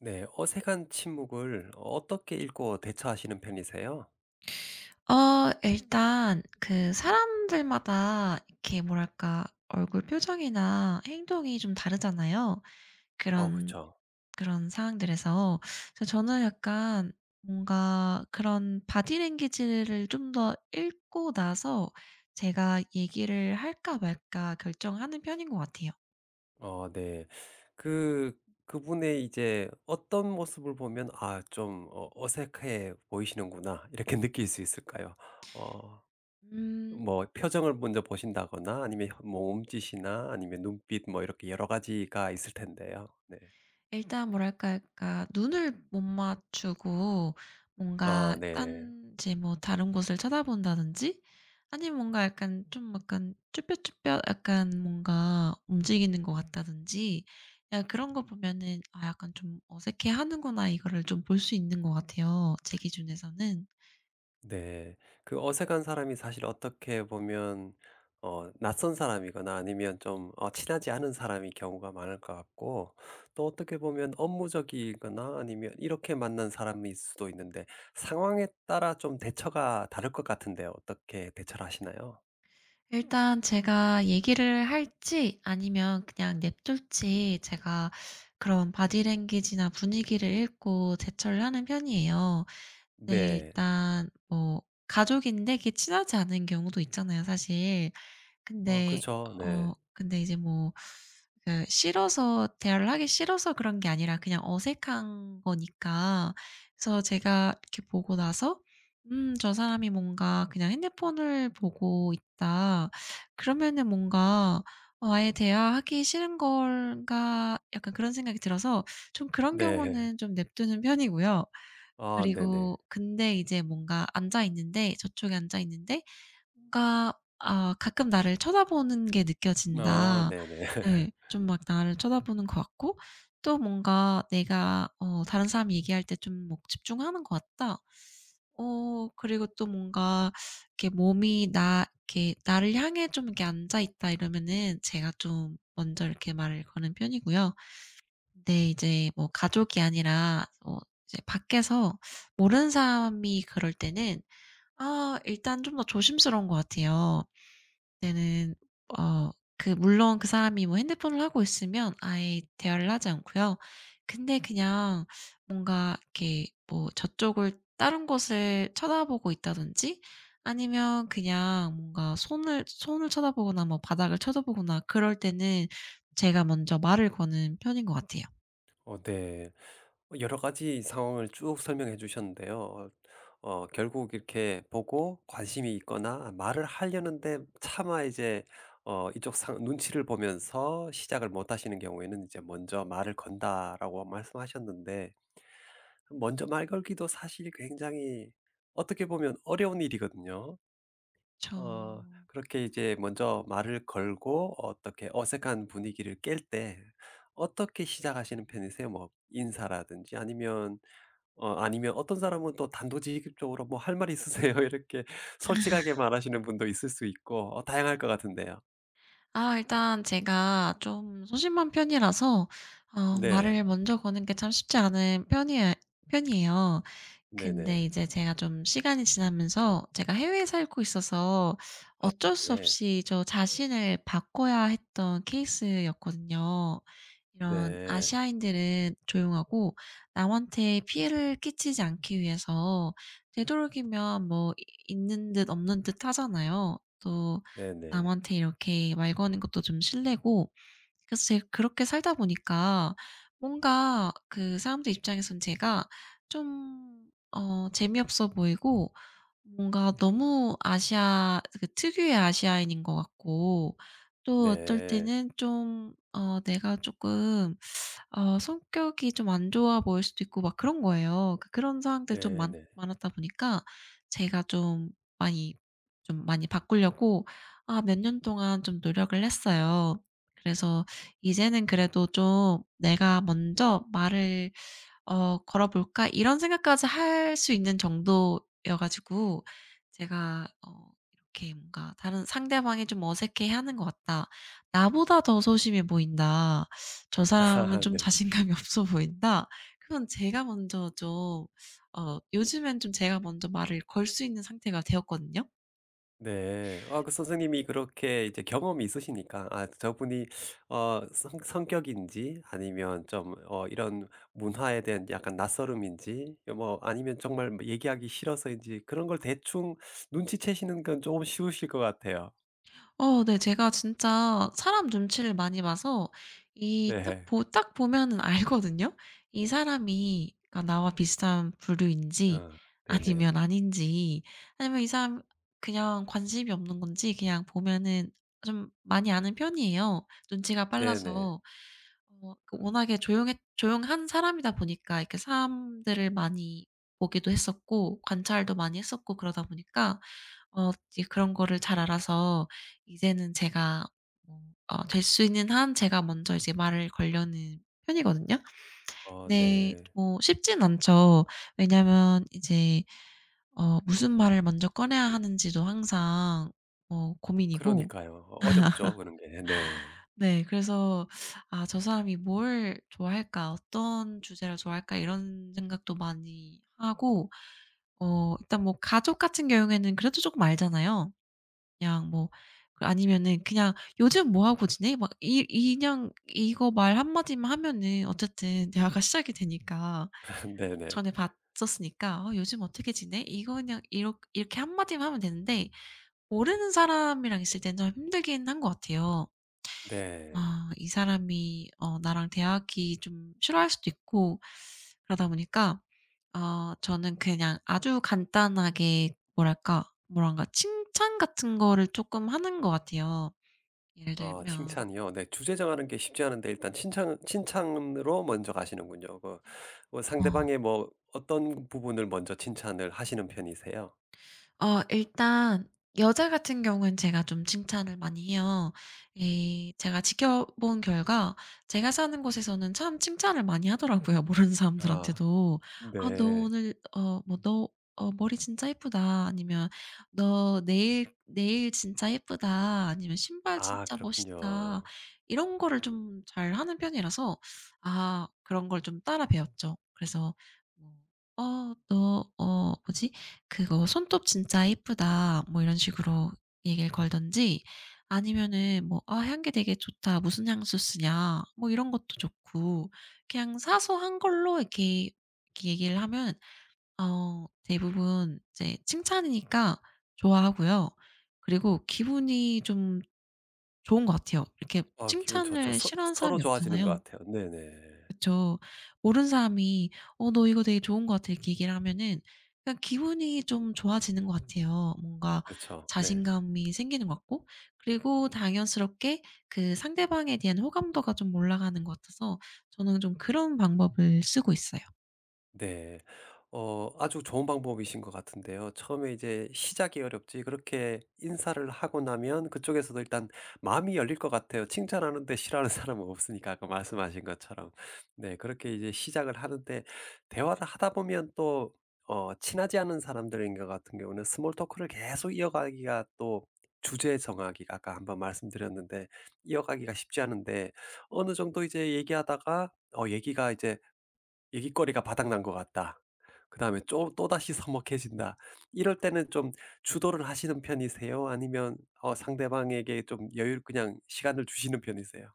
네. 어색한 침묵을 어떻게 읽고 대처하시는 편이세요? 일단 그 사람들마다 이렇게 뭐랄까 얼굴 표정이나 행동이 좀 다르잖아요, 그런 그쵸. 그런 상황들에서. 그래서 저는 약간 뭔가 그런 바디 랭귀지를 좀 더 읽고 나서 제가 얘기를 할까 말까 결정하는 편인 것 같아요. 네. 그 그분의 이제 어떤 모습을 보면 '아 좀 어색해 보이시는구나.' 이렇게 느낄 수 있을까요? 어 음. 뭐 표정을 먼저 보신다거나 아니면 뭐 몸짓이나 아니면 눈빛 뭐 이렇게 여러 가지가 있을 텐데요. 네. 일단 뭐랄까 그러니까 눈을 못 맞추고 뭔가 아 네. 딴지 뭐 다른 곳을 쳐다본다든지, 아니면 뭔가 약간 좀 약간 쭈뼛쭈뼛 약간 뭔가 움직이는 것 같다든지, 야 그런 거 보면은 '아 약간 좀 어색해하는구나.' 이거를 좀 볼 수 있는 것 같아요, 제 기준에서는. 네. 그 어색한 사람이 사실 어떻게 보면 낯선 사람이거나 아니면 좀 친하지 않은 사람이 경우가 많을 것 같고, 또 어떻게 보면 업무적이거나 아니면 이렇게 만난 사람일 수도 있는데, 상황에 따라 좀 대처가 다를 것 같은데 어떻게 대처를 하시나요? 일단 제가 얘기를 할지 아니면 그냥 냅둘지, 제가 그런 바디랭귀지나 분위기를 읽고 대처를 하는 편이에요. 네. 네. 일단 뭐 가족인데 이렇게 친하지 않은 경우도 있잖아요, 사실. 아 근데 그죠. 어 네. 근데 이제 뭐 그 싫어서 대화를 하기 싫어서 그런 게 아니라, 그냥 어색한 거니까. 그래서 제가 이렇게 보고 나서 '음 저 사람이 뭔가 그냥 핸드폰을 보고 있다.' 그러면은 뭔가 '어 아예 대화하기 싫은 건가?' 약간 그런 생각이 들어서 좀 그런 네. 경우는 좀 냅두는 편이고요. 아 네네. 그리고 근데 이제 뭔가 앉아 있는데 저쪽에 앉아 있는데, 뭔가 아 가끔 나를 쳐다보는 게 아 느껴진다. 네네. 예. 좀 막 나를 쳐다보는 것 같고, 또 뭔가 내가 어 다른 사람이 얘기할 때 좀 뭐 집중하는 것 같다. 어 그리고 또 뭔가 이렇게 몸이 나 이렇게 나를 향해 좀 이렇게 앉아 있다, 이러면은 제가 좀 먼저 이렇게 말을 거는 편이고요. 근데 이제 뭐 가족이 아니라 어 이제 밖에서 모르는 사람이 그럴 때는, 아 일단 좀 더 조심스러운 것 같아요. 그때는 어 물론 그 사람이 뭐 핸드폰을 하고 있으면 아예 대화를 하지 않고요. 근데 그냥 뭔가 이렇게 뭐 저쪽을 다른 곳을 쳐다보고 있다든지, 아니면 그냥 뭔가 손을 쳐다보거나 뭐 바닥을 쳐다보거나 그럴 때는, 제가 먼저 말을 거는 편인 것 같아요. 네. 뭐 여러 가지 상황을 쭉 설명해 주셨는데요. 결국 이렇게 보고 관심이 있거나 말을 하려는데, 차마 이제 이쪽 상 눈치를 보면서 시작을 못 하시는 경우에는 이제 "먼저 말을 건다."라고 말씀하셨는데, 먼저 말 걸기도 사실 굉장히, 어떻게 보면 어려운 일이거든요. 그그렇게 이제 먼저 말을 걸고 어떻게 어색한 분위기를 깰 때 어떻게 시작하시는 편이세요? 뭐 인사라든지, 아니면 어떤 사람은 또 단도직입적으로 "뭐 할 말 있으세요?" 이렇게 솔직하게 말하시는 분도 있을 수 있고, 다양할 것 같은데요. 아 일단 제가 좀 소심한 편이라서 어 네. 말을 먼저 거는 게 참 쉽지 않은 편이에요. 근데 네네. 이제 제가 좀 시간이 지나면서, 제가 해외에 살고 있어서 아 어쩔 수 네 없이 저 자신을 바꿔야 했던 케이스였거든요. 이런 네. 아시아인들은 조용하고 남한테 피해를 끼치지 않기 위해서 되도록이면 뭐 있는 듯 없는 듯 하잖아요, 또. 네 네. 남한테 이렇게 말 거는 것도 좀 실례고. 그래서 제가 그렇게 살다 보니까 뭔가 그 사람들 입장에선 제가 좀 어 재미없어 보이고, 뭔가 너무 아시아 그 특유의 아시아인인 것 같고, 또 어떨 네. 때는 좀 어 내가 조금 어 성격이 좀 안 좋아 보일 수도 있고 막 그런 거예요. 그런 상황들이 좀 많 네네. 많았다 보니까 제가 많이 좀 많이 바꾸려고 아 몇 년 동안 좀 노력을 했어요. 그래서 이제는 그래도 좀 내가 먼저 말을 '걸어 볼까?' 이런 생각까지 할 수 있는 정도여 가지고, 제가 어 이렇게 뭔가 다른 '상대방이 좀 어색해하는 것 같다. 나보다 더 소심해 보인다. 저 사람은 아 좀 네. 자신감이 없어 보인다.' 그건 제가 먼저 좀 요즘엔 좀 제가 먼저 말을 걸 수 있는 상태가 되었거든요. 네. 아, 그 선생님이 그렇게 이제 경험이 있으시니까 아 저분이 어 성 성격인지 아니면 좀 이런 문화에 대한 약간 낯설음인지, 뭐 아니면 정말 뭐 얘기하기 싫어서인지 그런 걸 대충 눈치채시는 건 조금 쉬우실 것 같아요. 네. 제가 진짜 사람 눈치를 많이 봐서 이 네. 딱 보면은 알거든요. 이 사람이 그러니까 나와 비슷한 부류인지 어 네네. 아니면 아닌지, 아니면 이 사람 그냥 관심이 없는 건지 그냥 보면은 좀 많이 아는 편이에요. 눈치가 네네. 빨라서. 워낙에 조용했 조용한 사람이다 보니까 이렇게 사람들을 많이 보기도 했었고 관찰도 많이 했었고, 그러다 보니까 어 이제 그런 거를 잘 알아서 이제는 제가 뭐 될 수 있는 한 제가 먼저 이제 말을 걸려는 편이거든요. 근데 네. 뭐 쉽진 않죠. 왜냐면 이제 무슨 말을 먼저 꺼내야 하는지도 항상 고민이고. 그러니까요. 어렵죠 그런 게. 네. 네, 그래서 '아 저 사람이 뭘 좋아할까? 어떤 주제를 좋아할까?' 이런 생각도 많이 하고, 어 일단 뭐 가족 같은 경우에는 그래도 쪼끔 알잖아요. 그냥 뭐 그 아니면은 그냥 "요즘 뭐 하고 지내?" 막 이 이냥 이거 말 한 마디만 하면은 어쨌든 대화가 시작이 되니까. 네네. 전에 봤었으니까 "어 요즘 어떻게 지내?" 이거 그냥 이렇게 한 마디만 하면 되는데, 모르는 사람이랑 있을 때는 좀 힘들긴 한 것 같아요. 네. 아 이 사람이 어 나랑 대화하기 좀 싫어할 수도 있고, 그러다 보니까 어 저는 그냥 아주 간단하게 뭐랄까, 뭐랄까, 칭찬 같은 거를 쪼끔 하는 것 같아요. 예를 아 들면, 칭찬이요? 네. 주제 정하는 게 쉽지 않은데 일단 칭찬 칭찬으로 먼저 가시는군요. 그 뭐 어. 상대방의 어 뭐 어떤 부분을 먼저 칭찬을 하시는 편이세요? 일단 여자 같은 경우는 제가 좀 칭찬을 많이 해요. 이 제가 지켜본 결과 제가 사는 곳에서는 참 칭찬을 많이 하더라고요, 모르는 아 사람들한테도. "아 너 네. 오늘 뭐 너 머리 진짜 예쁘다." 아니면 "너 네일 진짜 예쁘다." 아니면 "신발 아 진짜 멋있다." 그렇군요. 이런 거를 좀 잘하는 편이라서 아 그런 걸 좀 따라 배웠죠. 그래서 뭐 "어 너" 어 뭐지? 그거 "손톱 진짜 예쁘다." 뭐 이런 식으로 얘기를 걸든지, 아니면은 뭐 "아 향기 되게 좋다. 무슨 향수 쓰냐?" 뭐 이런 것도 좋고. 그냥 사소한 걸로 이렇게 얘기를 하면 어 대부분 이제 칭찬이니까 좋아하고요. 그리고 기분이 좀 좋은 것 같아요. 이렇게 아 기분 좋죠. 칭찬을 서 싫어하는 서로 사람이 좋아지는 것 없잖아요. 같아요. 네네. 그쵸. 모르는 사람이 "어 너 이거 되게 좋은 것 같아." 이렇게 얘기를 하면은 그냥 기분이 좀 좋아지는 것 같아요. 뭔가 그쵸. 네. 자신감이 생기는 것 같고, 그리고 당연스럽게 그 상대방에 대한 호감도가 좀 올라가는 것 같아서 저는 좀 그런 방법을 쓰고 있어요. 네. 아주 좋은 방법이신 것 같은데요. 처음에 이제 시작이 어렵지, 그렇게 인사를 하고 나면 그쪽에서도 일단 마음이 열릴 것 같아요. 칭찬하는데 싫어하는 사람은 없으니까, 아까 말씀하신 것처럼. 네, 그렇게 이제 시작을 하는데, 대화를 하다 보면 또 친하지 않은 사람들인 것 같은 경우는 스몰 토크를 계속 이어가기가 또, 주제 정하기가, 아까 한번 말씀드렸는데, 이어가기가 쉽지 않은데, 어느 정도 이제 얘기하다가 어 얘기가 이제 얘기거리가 바닥난 것 같다, 그다음에 좀 또다시 서먹해진다. 이럴 때는 좀 주도를 하시는 편이세요? 아니면 상대방에게 좀 여유를, 그냥 시간을 주시는 편이세요?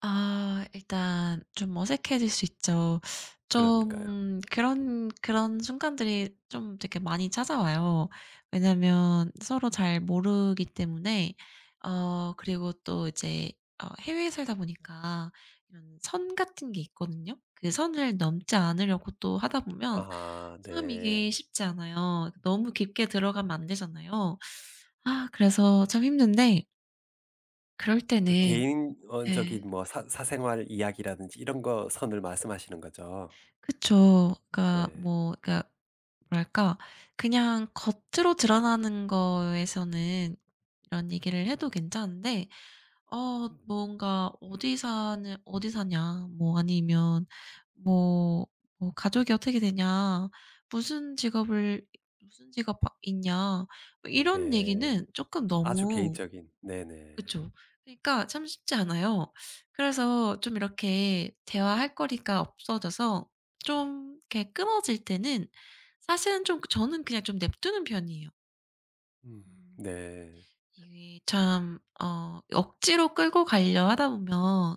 아 일단 좀 어색해질 수 있죠. 그러니까요. 좀 그런 순간들이 좀 되게 많이 찾아와요. 왜냐면 서로 잘 모르기 때문에. 어 그리고 또 이제 어 해외에 살다 보니까 이런 선 같은 게 있거든요. 그 선을 넘지 않으려고 또 하다 보면 아 참 이게 네. 쉽지 않아요. 너무 깊게 들어가면 안 되잖아요. 아 그래서 참 힘든데, 그럴 그 때는. 개인 적인 예. 뭐 사 사생활 이야기라든지 이런 거 선을 말씀하시는 거죠? 그쵸. 그러니까 네. 뭐 그러니까 뭐랄까, 그냥 겉으로 드러나는 거에서는 이런 얘기를 해도 괜찮은데, 어 뭔가 어디 사냐?" 뭐 아니면 뭐 뭐 "가족이 어떻게 되냐? 무슨 직업을 무슨 직업 하 있냐?" 뭐 이런 네. 얘기는 쪼끔 아주 너무. 개인적인. 네네. 그쵸. 그러니까 참 쉽지 않아요. 그래서 좀 이렇게 대화할 거리가 없어져서 좀 이렇게 끊어질 때는, 사실은 좀 저는 그냥 좀 냅두는 편이에요. 음. 음. 네. 이게 참 어 억지로 끌고 가려 하다 보면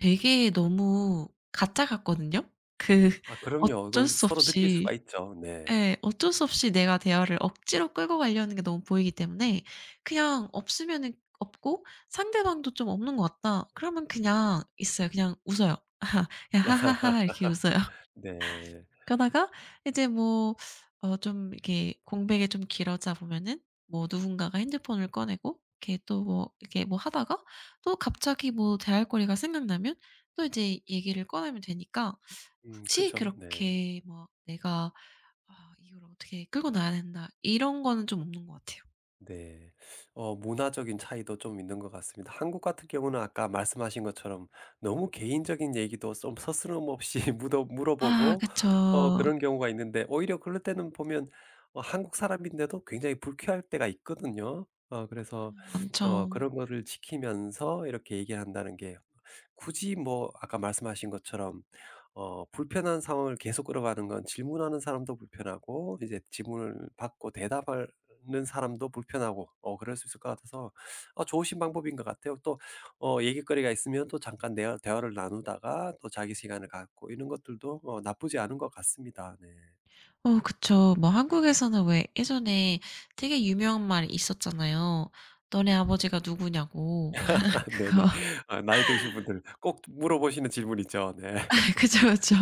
되게 너무 가짜 같거든요. 그 아 그럼요. 어쩔 그 수 서로 느낄 수가 없이. 있죠. 네. 예. 어쩔 수 없이 내가 대화를 억지로 끌고 가려는 게 너무 보이기 때문에, 그냥 없으면은 없고 상대방도 좀 "없는 것 같다." 그러면 그냥 있어요. 그냥 웃어요. 그냥 하하하 이렇게 웃어요. 네. 그러다가 이제 뭐 좀 이렇게 공백이 좀 길어져 보면은 뭐 누군가가 핸드폰을 꺼내고 이렇게 또 뭐 이렇게 뭐 하다가 또 갑자기 뭐 대할 거리가 생각나면 또 이제 얘기를 꺼내면 되니까. 굳이 그죠. 네. 그렇게 뭐 내가 '아 이걸 어떻게 끌고 나가야 된다.' 이런 거는 좀 없는 것 같아요. 네. 문화적인 차이도 좀 있는 것 같습니다. 한국 같은 경우는 아까 말씀하신 것처럼 너무 개인적인 얘기도 좀 서스럼없이 묻어 아 물어보고 그쵸. 그런 경우가 있는데, 오히려 그럴 때는 보면 한국 사람인데도 굉장히 불쾌할 때가 있거든요. 그래서 많죠. 그런 거를 지키면서 이렇게 얘기한다는 게, 굳이, 뭐 아까 말씀하신 것처럼 불편한 상황을 계속 끌어가는 건, 질문하는 사람도 불편하고, 이제 질문을 받고 대답할 는 사람도 불편하고 그럴 수 있을 것 같아서 좋으신 방법인 것 같아요. 또 얘기거리가 있으면 또 잠깐 대화 대화를 나누다가 또 자기 시간을 갖고, 이런 것들도 나쁘지 않은 것 같습니다. 네. 그쵸. 뭐 한국에서는 왜 예전에 되게 유명한 말이 있었잖아요. "너네 아버지가 누구냐."고. 네네. 그거 아 나이 드신 분들 꼭 물어보시는 질문 있죠. 네. 아 그쵸, 그쵸.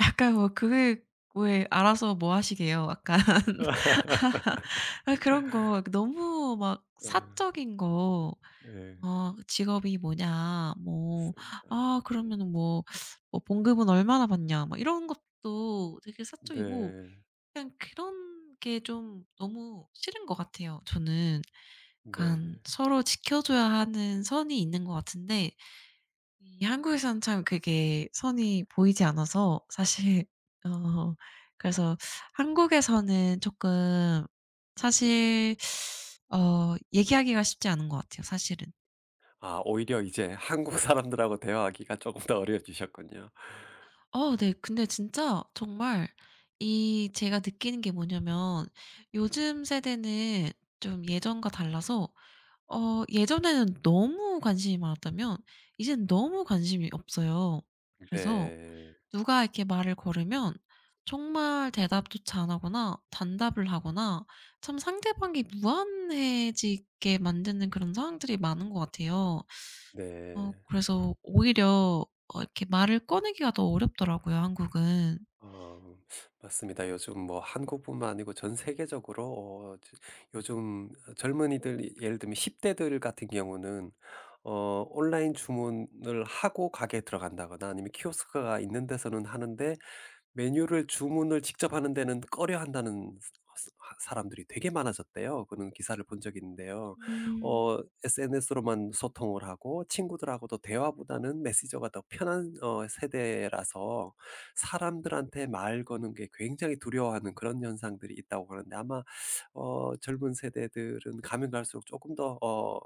약간 뭐 "그게 왜 알아서 뭐 하시게요." 약간. 그런 거 너무 막 아 사적인 거, 네. "직업이 뭐냐?" 뭐, 맞습니다. "아 그러면은 뭐 봉급은 얼마나 받냐?" 막 이런 것도 되게 사적이고. 네. 그냥 그런 게 좀 너무 싫은 것 같아요 저는. 약간 네네. 서로 지켜줘야 하는 선이 있는 것 같은데 이 한국에서는 참 그게 선이 보이지 않아서, 사실 어 그래서 한국에서는 조금 사실 어 얘기하기가 쉽지 않은 것 같아요 사실은. 아 오히려 이제 한국 사람들하고 대화하기가 조금 더 어려워지셨군요. 네. 근데 진짜 정말 이 제가 느끼는 게 뭐냐면, 요즘 세대는 좀 예전과 달라서 어 예전에는 너무 관심이 많았다면 이젠 너무 관심이 없어요. 그래서 네. 누가 이렇게 말을 걸으면 정말 대답조차 안 하거나 단답을 하거나, 참 상대방이 무안해지게 만드는 그런 상황들이 많은 것 같아요. 어 네. 그래서 오히려 어 이렇게 말을 꺼내기가 더 어렵더라고요, 한국은. 어 맞습니다. 요즘 뭐 한국뿐만 아니고 전 세계적으로 어 지 요즘 젊은이들 예를 들면 10 대들 같은 경우는 온라인 주문을 하고 가게에 들어간다거나 아니면 키오스크가 있는 데서는 하는데, 메뉴를 주문을 직접 하는 데는 꺼려한다는 스 스 하 사람들이 되게 많아졌대요. 그런 기사를 본 적이 있는데요. 음. 어 SNS로만 소통을 하고 친구들하고도 대화보다는 메시저가 더 편한 세대라서, 사람들한테 말 거는 게 굉장히 두려워하는 그런 현상들이 있다고 하는데, 아마 젊은 세대들은 가면 갈수록 조금 더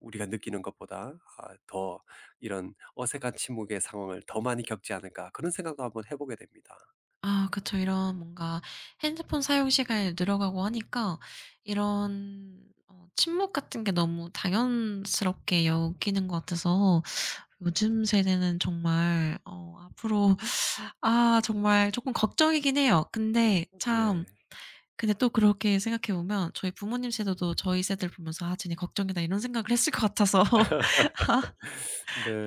우리가 느끼는 것보다 더 이런 어색한 침묵의 상황을 더 많이 겪지 않을까 그런 생각도 한번 해 보게 됩니다. 아 그쵸. 이런 뭔가 핸드폰 사용 시간이 늘어가고 하니까 이런 어 침묵 같은 게 너무 당연스럽게 여기는 것 같아서 요즘 세대는 정말 어 앞으로, 아 정말 쪼끔 걱정이긴 해요. 네. 근데 또 그렇게 생각해 보면 저희 부모님 세대도 저희 세대를 보면서 '아 쟤네 걱정이다.' 이런 생각을 했을 것 같아서.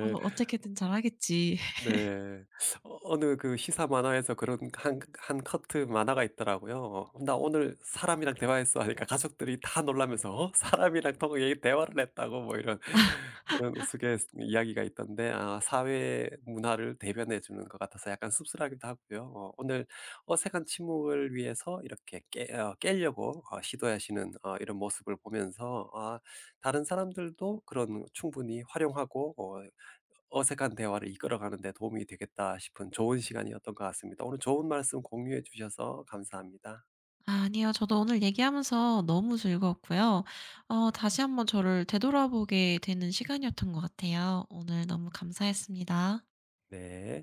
어 어떻게든 잘하겠지. 네. 어느 그 시사 만화에서 그런 한 한 커트 만화가 있더라고요. "나 오늘 사람이랑 대화했어." 하니까 가족들이 다 놀라면서 "어? 사람이랑 통 얘 대화를 했다고?" 뭐 이런 그런 우스갯 이야기가 있던데, 아 사회 문화를 대변해 주는 것 같아서 약간 씁쓸하기도 하고요. 오늘 어색한 침묵을 위해서 이렇게 깨 어 깨려고 시도하시는 이런 모습을 보면서, 다른 사람들도 그런, 충분히 활용하고 어색한 대화를 이끌어가는 데 도움이 되겠다 싶은 좋은 시간이었던 것 같습니다. 오늘 좋은 말씀 공유해 주셔서 감사합니다. 아니요. 저도 오늘 얘기하면서 너무 즐거웠고요. 어 다시 한번 저를 되돌아보게 되는 시간이었던 것 같아요. 오늘 너무 감사했습니다. 네.